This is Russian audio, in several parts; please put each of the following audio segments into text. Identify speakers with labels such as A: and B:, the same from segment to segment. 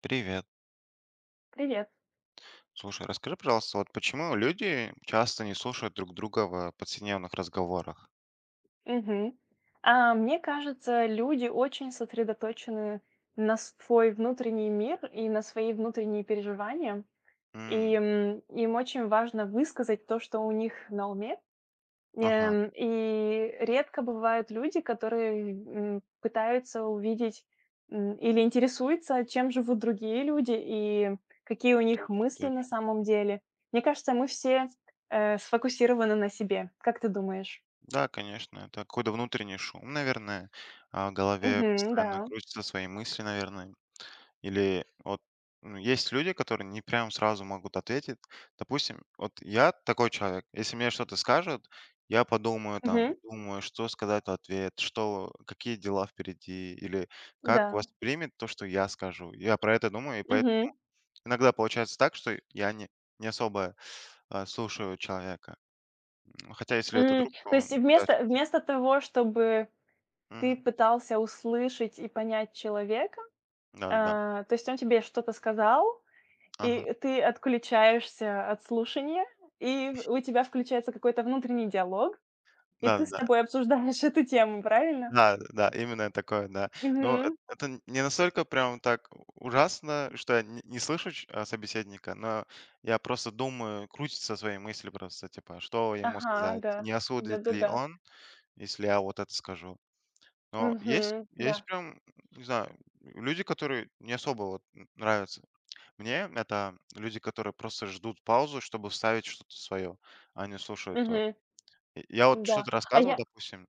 A: Привет.
B: Привет.
A: Слушай, расскажи, пожалуйста, вот почему люди часто не слушают друг друга в повседневных разговорах?
B: Мгм. Мне кажется, люди очень сосредоточены на свой внутренний мир и на свои внутренние переживания.
A: М,
B: Им очень важно высказать то, что у них на уме.
A: Ага,
B: И редко бывают люди, которые пытаются увидеть или интересуются, чем живут другие люди и какие у них
A: точно,
B: мысли на
A: точно.
B: самом деле. Мне кажется, мы все сфокусированы на себе. Как ты думаешь?
A: Да, конечно, это какой-то внутренний шум, наверное, а в голове
B: Мгм, да.
A: постоянно крутятся свои мысли, наверное. Или вот, ну, есть люди, которые не прям сразу могут ответить. Допустим, вот я такой человек, если мне что-то скажут, я подумаю там,
B: Мгм.
A: думаю, что сказать в ответ, что, какие дела впереди, или как
B: Да.
A: воспримет то, что я скажу. Я про это думаю, и
B: Мгм.
A: поэтому иногда получается так, что я не особо слушаю человека. Хотя если это
B: М.
A: друг, то
B: То
A: он
B: есть
A: пытается...
B: вместо того, чтобы ты
A: Мгм.
B: пытался услышать и понять человека,
A: Да-да-да.
B: то есть он тебе что-то сказал,
A: Ага.
B: и ты отключаешься от слушания, и у тебя включается какой-то внутренний диалог, и ты с
A: Да-да-да.
B: собой обсуждаешь эту тему, правильно?
A: Да, да, именно такое, да. Но
B: Мгм.
A: эт это не настолько прям так ужасно, что я не слышу собеседника, но я просто думаю, крутятся свои мысли просто, типа, что ему
B: Ага,
A: сказать,
B: да.
A: не осудит ли
B: Да-да-да.
A: он, если я вот это скажу. Но есть
B: Мгм. Да.
A: есть прям, не знаю, люди, которые не особо вот н нравятся. Мне это люди, которые просто ждут паузу, чтобы вставить что-то свое, а не слушают твое.
B: Мгм.
A: Я вот
B: Да.
A: что-то
B: А
A: рассказываю,
B: я.
A: допустим,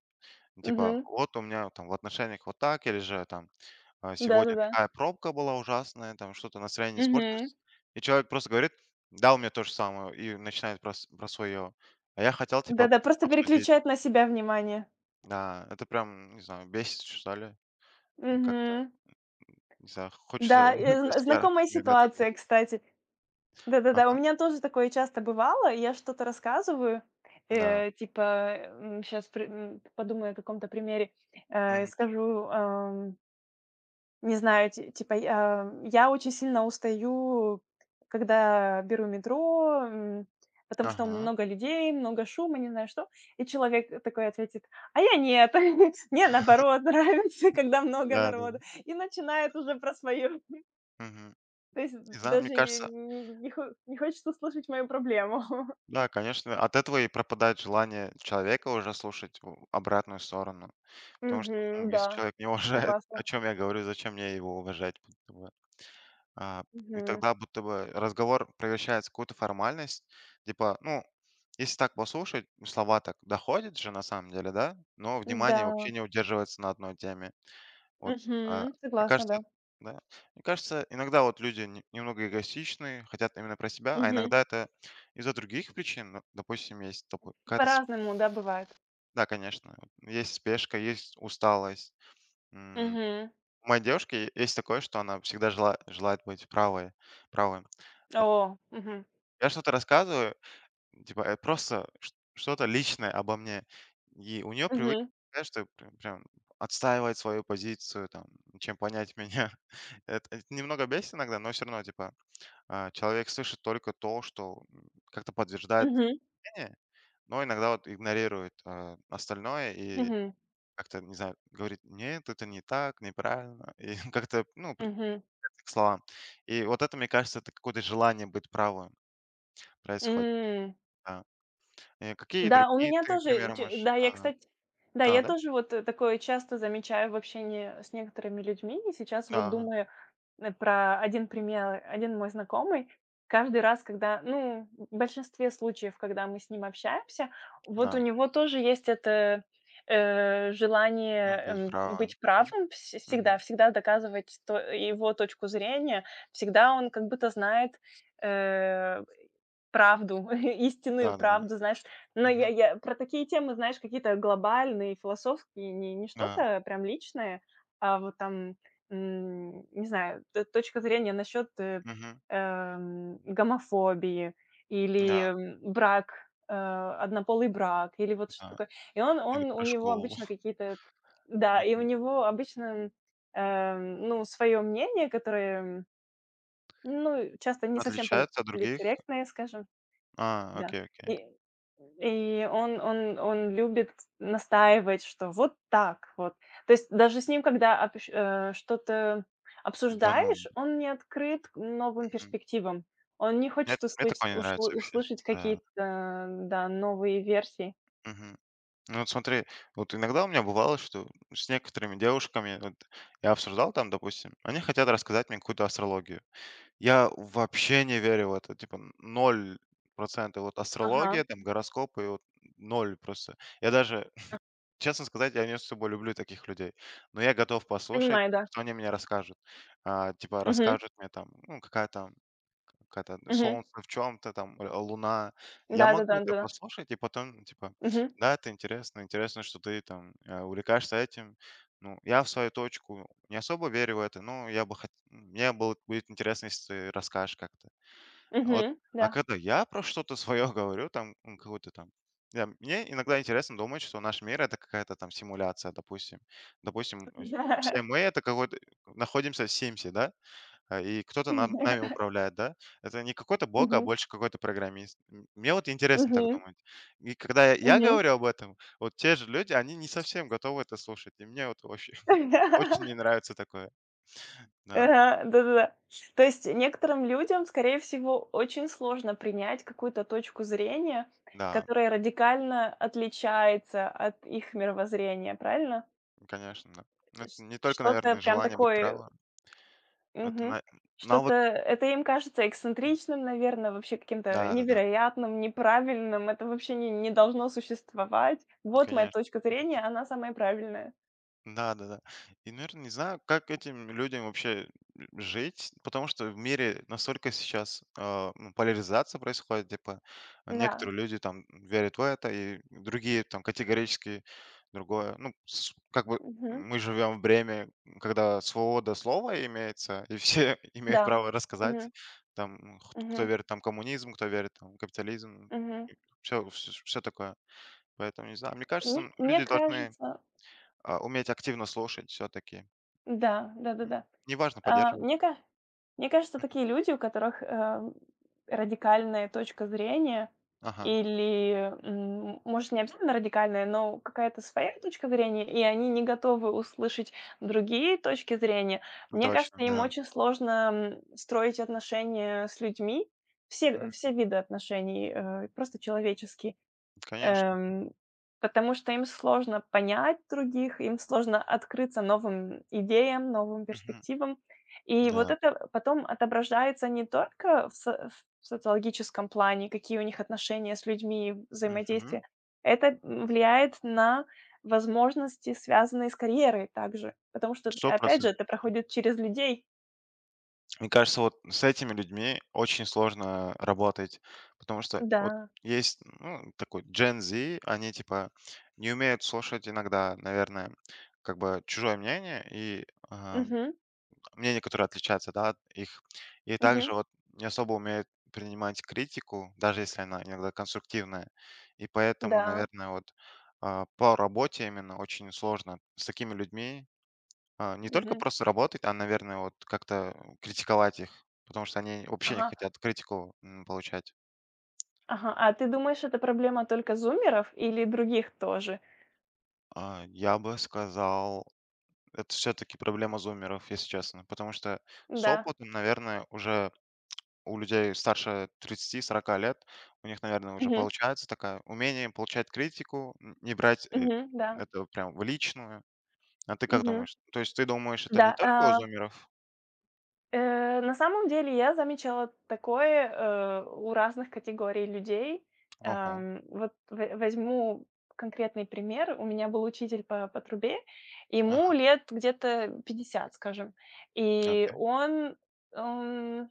A: ну, типа,
B: Мгм.
A: вот у меня там в отношениях вот так, или же там сегодня
B: Да-да-да.
A: такая пробка была ужасная, там что-то настроение испортилось.
B: Мгм.
A: И человек просто говорит: да, у меня то же самое, и начинает про свое. А я хотел, типа,
B: Да-да, просто
A: обсудить.
B: переключает на себя внимание.
A: Да, это прям, не знаю, бесит, что ли. Ну, как-то,
B: Мгм.
A: не знаю, хочется
B: Да,
A: именно про
B: зн
A: себя
B: знакомая
A: иногда
B: ситуация,
A: поговорить.
B: кстати. Да-да-да, у
A: Ага,
B: меня тоже такое часто бывало. Я что-то рассказываю,
A: да.
B: типа, сейчас щас при подумаю о каком-то примере,
A: Мгм.
B: скажу, не знаю, ти типа, я очень сильно устаю, когда беру метро, потому что
A: Ага,
B: много людей, много шума, не знаю что. И человек такой ответит: "А я нет, мне наоборот нравится, когда много
A: да, да,
B: народу".
A: да.
B: И начинает уже про свое.
A: Мгм.
B: То есть
A: Не знаю, мне
B: даже не
A: кажется,
B: не не хо не хочется слышать мою проблему.
A: да, конечно, от этого и пропадает желание человека уже слушать обратную сторону. Потому что,
B: Мгм,
A: ну, если
B: да,
A: человек не уважает,
B: согласна.
A: о чем я говорю, зачем мне его уважать? Будто бы. А, и
B: Мгм.
A: тогда будто бы разговор превращается в какую-то формальность. Типа, ну, если так послушать, ну, слова так доходят же на самом деле, да, но
B: Да,
A: внимание вообще не удерживается на одной теме. Вот, а,
B: мгм,
A: мне
B: согласна,
A: кажется,
B: да.
A: да, иногда вот люди немного эгоистичны, хотят именно про себя, а
B: Мгм.
A: иногда это из-за других причин. Ну, допустим, есть такой какая-то,
B: По-разному, да, бывает.
A: да, конечно, вот есть спешка, есть усталость. М,
B: Мгм.
A: у моей девушки есть такое, что она всегда желает быть правой правой. Доп
B: О, мгм,
A: Я что-то рассказываю, типа, просто чт что-то личное обо мне, и у нее привычка
B: мгм,
A: такая, что прям прям отстаивать свою позицию, там, чем понять меня. Эт это немного бесит иногда, но все равно, типа, человек слышит только то, что, как-то подтверждает
B: мгм,
A: мнение, но иногда вот игнорирует, остальное, и
B: мгм,
A: как-то, не знаю, говорит: "Нет, это не так, неправильно". И как-то, ну,
B: мгм.
A: к словам. И вот это, мне кажется, это какое-то желание быть правым происходит,
B: М.
A: да. Какие
B: Да, у
A: другие
B: меня
A: ты
B: тоже,
A: примеры
B: че
A: можешь.
B: да, я,
A: Ага.
B: кстати, да,
A: А,
B: я
A: да?
B: тоже вот такое часто замечаю в общении с некоторыми людьми. И сейчас
A: Да,
B: вот
A: ага.
B: думаю, про один пример. Один мой знакомый каждый раз, когда, ну, в большинстве случаев, когда мы с ним общаемся, вот у
A: Да,
B: него тоже есть это, желание,
A: быть правым.
B: быть
A: Мгм.
B: правым вс всегда,
A: Мгм.
B: всегда доказывать его точку зрения. Всегда он как будто знает, э, правду, истинную
A: Да-да-да.
B: правду, знает, но я
A: Мгм.
B: я про такие темы, знаешь, какие-то глобальные, философские, не
A: Да.
B: что-то прям личное, а вот там, не знаю, т точка зрения насчет, э,
A: Мгм.
B: гомофобии или,
A: Да,
B: брак, однополый брак, или вот что-то
A: да.
B: такое. И он
A: Или
B: он у
A: про
B: него
A: школу.
B: обычно какие-то да, и у
A: Мгм.
B: него обычно, ну, свое мнение, которое, ну, часто не совсем
A: Отличается от других?
B: политкорректное, скажем.
A: А,
B: Да.
A: окей, окей.
B: И он любит настаивать, что вот так вот. То есть даже с ним, когда что-то
A: Да ну.
B: обсуждаешь, он не открыт к новым
A: Мгм.
B: перспективам. Он не
A: Мне
B: хочет
A: мне такое не нравится вообще.
B: услышать
A: Да.
B: какие-то, да, новые версии.
A: Мгм. Ну вот смотри, вот иногда у меня бывало, что с некоторыми девушками, вот я обсуждал там, допустим, они хотят рассказать мне какую-то астрологию. Я вообще не верю в это. Типа 0. Вот
B: Ага,
A: астрология, там гороскопы, вот ноль просто. Я даже, честно сказать, я не особо люблю таких людей, но я готов послушать,
B: понимаю, да.
A: что они мне расскажут. Типа
B: Мгм,
A: расскажут мне там, ну, какая там. Какая-то
B: мгм.
A: солнце в чем то там, луна. Я могу это
B: Да-да-да-да.
A: послушать и потом, типа,
B: Мгм,
A: да, это интересно, интересно, что ты там, увлекаешься этим. Ну, я в свою точку не особо верю в это, но я бы хот мне было будет интересно, если ты расскажешь как-то. А вот,
B: мгм,
A: а
B: да.
A: когда я про что-то свое говорю, там, какую-то там я мне иногда интересно думать, что наш мир — это какая-то там симуляция, допустим. Допустим, все мы — это какой-то находимся в Симсе, да? И кто-то нами
B: Мгм,
A: управляет, да? Это не какой-то бог, а больше какой-то программист. Мне вот интересно так
B: мгм,
A: думать. И когда я
B: мгм.
A: говорю об этом, вот те же люди, они не совсем готовы это слушать. И мне вот вообще очень не нравится такое. Да,
B: Ага, да-да-да. То есть некоторым людям, скорее всего, очень сложно принять какую-то точку зрения,
A: да,
B: которая радикально отличается от их мировоззрения, правильно?
A: конечно, да. Ну, это не только,
B: Что-то
A: наверное,
B: прям
A: желание быть
B: такое,
A: правым. Это
B: мгм.
A: на
B: Что-то
A: навык.
B: это им кажется эксцентричным, наверное, вообще каким-то
A: Да-да-да,
B: невероятным, неправильным. Это вообще не должно существовать. Вот моя
A: конечно.
B: точка зрения, она самая правильная.
A: Да-да-да. И, наверное, не знаю, как этим людям вообще жить, потому что в мире настолько сейчас ну, поляризация происходит, типа
B: Да.
A: некоторые люди там верят в это, и другие там категорически другое. Ну, как бы
B: Мгм.
A: мы живем в время, когда свобода слова имеется, и все имеют
B: Да.
A: право рассказать,
B: Мгм.
A: там, кто
B: Мгм.
A: верит там коммунизм, кто верит там капитализм,
B: Мгм.
A: все, все такое. Поэтому, не знаю, мне кажется,
B: Мне
A: люди должны
B: кажется.
A: уметь активно слушать все-таки.
B: Да,
A: М.
B: да-да-да.
A: Неважно,
B: А, мне
A: поддерживать.
B: ка мне кажется, такие люди, у которых, радикальная точка зрения
A: Ага,
B: или, может, не обязательно радикальная, но какая-то своя точка зрения, и они не готовы услышать другие точки зрения.
A: ну
B: Мне
A: точно,
B: кажется, им
A: да.
B: очень сложно, строить отношения с людьми,
A: М,
B: все виды отношений, просто человеческие.
A: конечно.
B: Эм, Потому что им сложно понять других, им сложно открыться новым идеям, новым
A: Мгм.
B: перспективам. И вот
A: Да.
B: это потом отображается не только в социологическом плане, какие у них отношения с людьми,
A: Мгм.
B: взаимодействие. Это влияет на возможности, связанные с карьерой также. Потому что,
A: Сто
B: опять же,
A: процентов.
B: это проходит через людей.
A: Мне кажется, вот с этими людьми очень сложно работать, потому что вот
B: Да.
A: есть, ну, такой Gen Z, они типа не умеют слушать иногда, наверное, как бы чужое мнение и
B: Мгм.
A: мнения, которые отличаются, да, от их. И
B: Мгм.
A: также вот не особо умеют принимать критику, даже если она иногда конструктивная. И поэтому,
B: Да.
A: наверное, вот по работе именно очень сложно с такими людьми, а не только
B: Мгм.
A: просто работать, а, наверное, вот как-то критиковать их, потому что они вообще не
B: Ага.
A: хотят критику получать.
B: Ага, а ты думаешь, это проблема только зумеров или других тоже?
A: Я бы сказал, это все-таки проблема зумеров, если честно, потому что с
B: Да.
A: опытом, наверное, уже у людей старше 30–40 лет, у них, наверное, уже
B: Мгм.
A: получается такое умение получать критику, не брать,
B: Мгм. Да.
A: это прям в личную. А ты как
B: Мгм.
A: думаешь? То есть ты думаешь, это не
B: Да,
A: только у зумеров?
B: на самом деле я замечала такое, у разных категорий людей.
A: Ого.
B: Вот в возьму конкретный пример. У меня был учитель по трубе, ему
A: Ага,
B: лет где-то 50, скажем, и
A: окей.
B: он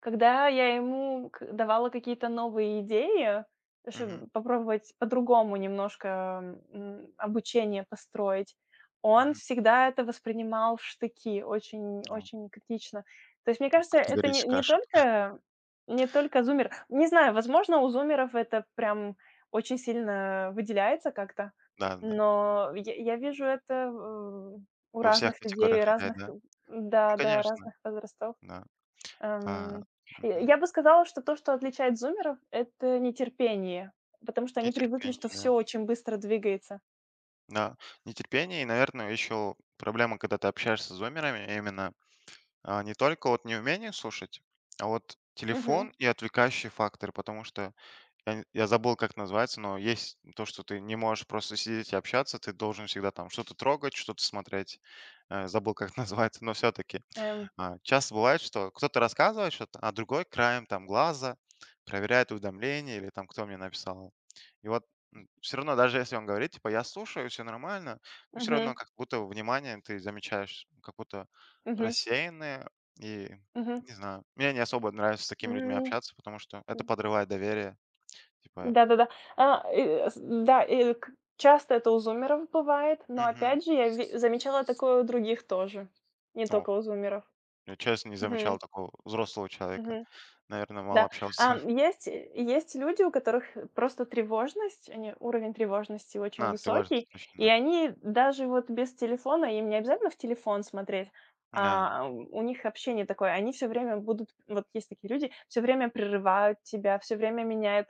B: когда я ему к давала какие-то новые идеи,
A: Мгм,
B: чтобы попробовать по-другому немножко, обучение построить, он
A: мгм.
B: всегда это воспринимал в штыки, очень
A: Ну,
B: очень критично. То есть, мне кажется, это
A: категорическая
B: не
A: ошибка.
B: только не только зумер. Не знаю, возможно, у зумеров это прям очень сильно выделяется как-то,
A: Да, да.
B: но я вижу это, у
A: Во всех
B: разных людей,
A: категориях людей,
B: разных,
A: да. Ну,
B: да-да,
A: конечно,
B: разных возрастов.
A: да. А,
B: Эм, я
A: мгм.
B: я бы сказала, что то, что отличает зумеров — это нетерпение, потому что они привыкли, что
A: Нетерпение,
B: все
A: да.
B: очень быстро двигается.
A: Да, нетерпение и, наверное, еще проблема, когда ты общаешься с зумерами, именно. Не только вот неумение слушать, а вот телефон
B: Мгм.
A: и отвлекающие факторы, потому что я забыл, как называется, но есть то, что ты не можешь просто сидеть и общаться, ты должен всегда там что-то трогать, что-то смотреть. Забыл, как называется, но все-таки
B: Эм,
A: часто бывает, что кто-то рассказывает что-то, а другой краем там глаза проверяет уведомления или там кто мне написал. И вот все равно, даже если он говорит, типа, я слушаю, все нормально, ну, все
B: мгм,
A: равно как будто внимание ты замечаешь, как будто
B: мгм,
A: рассеянное. И,
B: мгм.
A: не знаю, мне не особо нравится с такими людьми
B: М,
A: общаться, потому что это подрывает доверие. Типа,
B: да-да-да. А, э, с да, и к часто это у зумеров бывает, но
A: «Мгм».
B: опять же я ве замечала такое у других тоже, не
A: О,
B: только у зумеров.
A: я честно не
B: Мгм,
A: замечал такого взрослого человека.
B: мгм.
A: Наверное, мало
B: Да,
A: общался.
B: есть люди, у которых просто тревожность, они уровень тревожности очень
A: На, тревожность
B: высокий,
A: точно,
B: и
A: да.
B: они даже вот без телефона, им не обязательно в телефон смотреть,
A: Да.
B: у них общение такое, они все время будут вот есть такие люди, все время прерывают тебя, все время меняют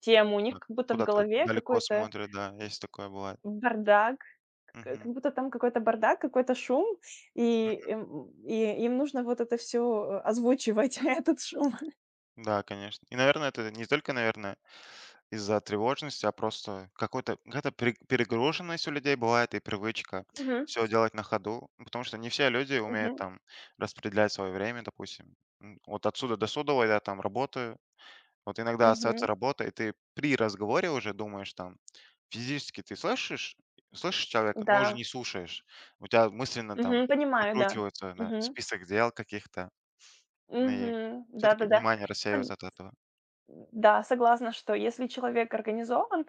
B: тему, у них
A: Да.
B: как будто в
A: Куда-то
B: голове
A: далеко
B: какой-то
A: смотрят, да, есть такое бывает.
B: бардак, к
A: Мгм.
B: как будто там какой-то бардак, какой-то шум, и,
A: Мгм.
B: им нужно вот это все озвучивать, этот шум.
A: Да, конечно. И, наверное, это не только, наверное, из-за тревожности, а просто какой-то какая-то перегруженность у людей бывает и привычка
B: Мгм.
A: все делать на ходу, потому что не все люди умеют
B: Мгм.
A: там распределять свое время, допустим. Вот отсюда до суда я там работаю. Вот иногда остается
B: Мгм.
A: работа, и ты при разговоре уже думаешь там, физически ты слышишь, слышишь человека, но уже
B: Да.
A: не слушаешь. У тебя мысленно там
B: Мгм. Понимаю, да.
A: прокручивается на
B: Мгм.
A: список дел каких-то, и
B: Мгм.
A: все-таки
B: Да-да-да.
A: внимание
B: Сог
A: рассеивается от этого.
B: Да, согласна, что если человек организован,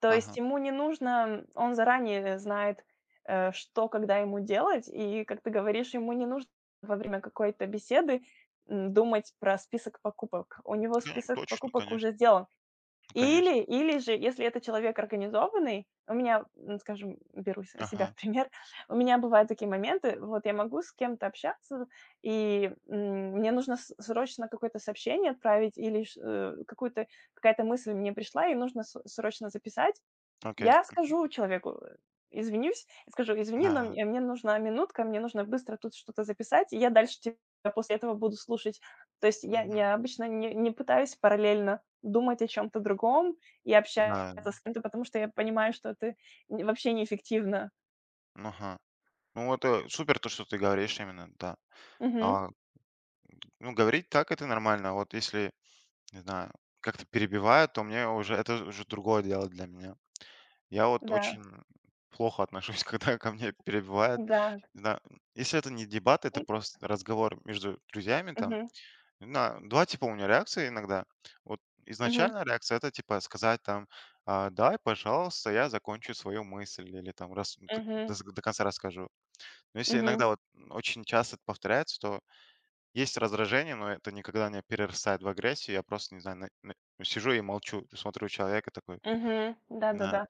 B: то есть
A: Ага.
B: ему не нужно он заранее знает, что, когда ему делать. И, как ты говоришь, ему не нужно во время какой-то беседы, думать про список покупок. У него
A: Не,
B: список
A: точно,
B: покупок уже
A: конечно,
B: сделан.
A: конечно.
B: Или или же, если это человек организованный, у меня, скажем, беру с себя в
A: Ага,
B: пример, у меня бывают такие моменты, вот я могу с кем-то общаться, и, мне нужно с срочно какое-то сообщение отправить или какую-то какая-то мысль мне пришла, и нужно с срочно записать.
A: окей.
B: Я скажу человеку, извинюсь, и скажу: "Извини, но
A: Да,
B: мне нужна минутка, мне нужно быстро тут что-то записать, и я дальше тебя после этого буду слушать". То есть я
A: мгм,
B: я обычно не пытаюсь параллельно думать о чем то другом и
A: да,
B: общаться с кем-то, потому что я понимаю, что это н вообще неэффективно.
A: ну ага. Ну, это супер то, что ты говоришь именно, да.
B: Мгм.
A: А, ну, говорить так это нормально. Вот если, не знаю, как-то перебивают, то мне уже это уже другое дело для меня. Я вот
B: Да,
A: очень плохо отношусь, когда ко мне перебивают.
B: да.
A: Не знаю, если это не дебат, это
B: М,
A: просто разговор между друзьями там.
B: мгм,
A: На 2 типа у меня реакции иногда. Вот
B: мгм,
A: изначально реакция — это типа сказать там: "А, дай, пожалуйста, я закончу свою мысль" или там рас д до
B: мгм,
A: с до конца расскажу. Но если
B: мгм,
A: иногда вот очень часто это повторяется, то есть раздражение, но это никогда не перерастает в агрессию. Я просто, не знаю, на сижу и молчу, смотрю человека такой,
B: мгм.
A: на
B: Да-да-да.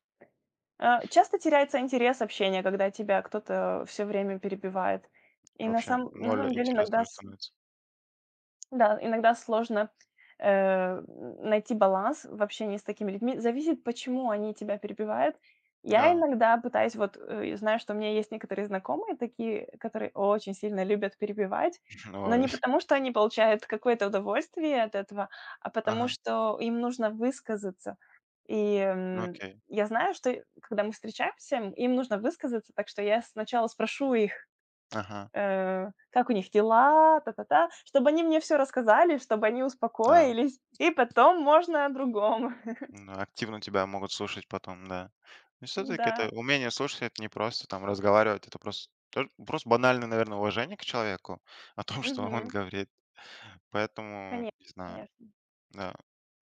B: Часто теряется интерес общения, когда тебя кто-то все время перебивает. И
A: вообще
B: на
A: ноль
B: самом деле
A: интереса
B: иногда с
A: становится.
B: да, иногда сложно, э, найти баланс в общении с такими людьми. Зависит, почему они тебя перебивают. Я
A: Да,
B: иногда пытаюсь вот, знаю, что у меня есть некоторые знакомые такие, которые очень сильно любят перебивать, но
A: ой,
B: не потому, что они получают какое-то удовольствие от этого, а потому,
A: ага,
B: что им нужно высказаться. И,
A: ну окей,
B: я знаю, что когда мы встречаемся, им нужно высказаться, так что я сначала спрошу их:
A: ага,
B: как у них дела, та-та-та, чтобы они мне все рассказали, чтобы они
A: да,
B: успокоились, и потом можно о другом.
A: ну, активно тебя могут слушать потом, да. Но все таки это
B: Да,
A: умение слушать, это не просто там разговаривать, это просто тоже просто банальное, наверное, уважение к человеку о том, что он
B: мгм.
A: говорит. Поэтому,
B: Конечно,
A: не знаю,
B: конечно.
A: да,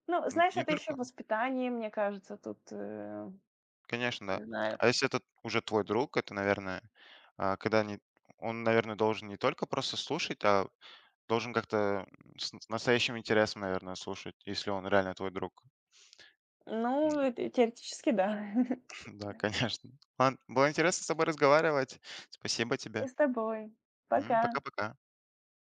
B: Ну,
A: н
B: знаешь,
A: не
B: это еще
A: только,
B: воспитание, мне кажется, тут,
A: конечно, да.
B: не знаю.
A: А если это уже твой друг, это, наверное, когда не он, наверное, должен не только просто слушать, а должен как-то с настоящим интересом, наверное, слушать, если он реально твой друг.
B: Ну, теоретически, да.
A: Да, конечно. Ладно, было интересно с тобой разговаривать. Спасибо
B: И
A: тебе.
B: с тобой.
A: Мгм.
B: Пока.
A: Пока-пока.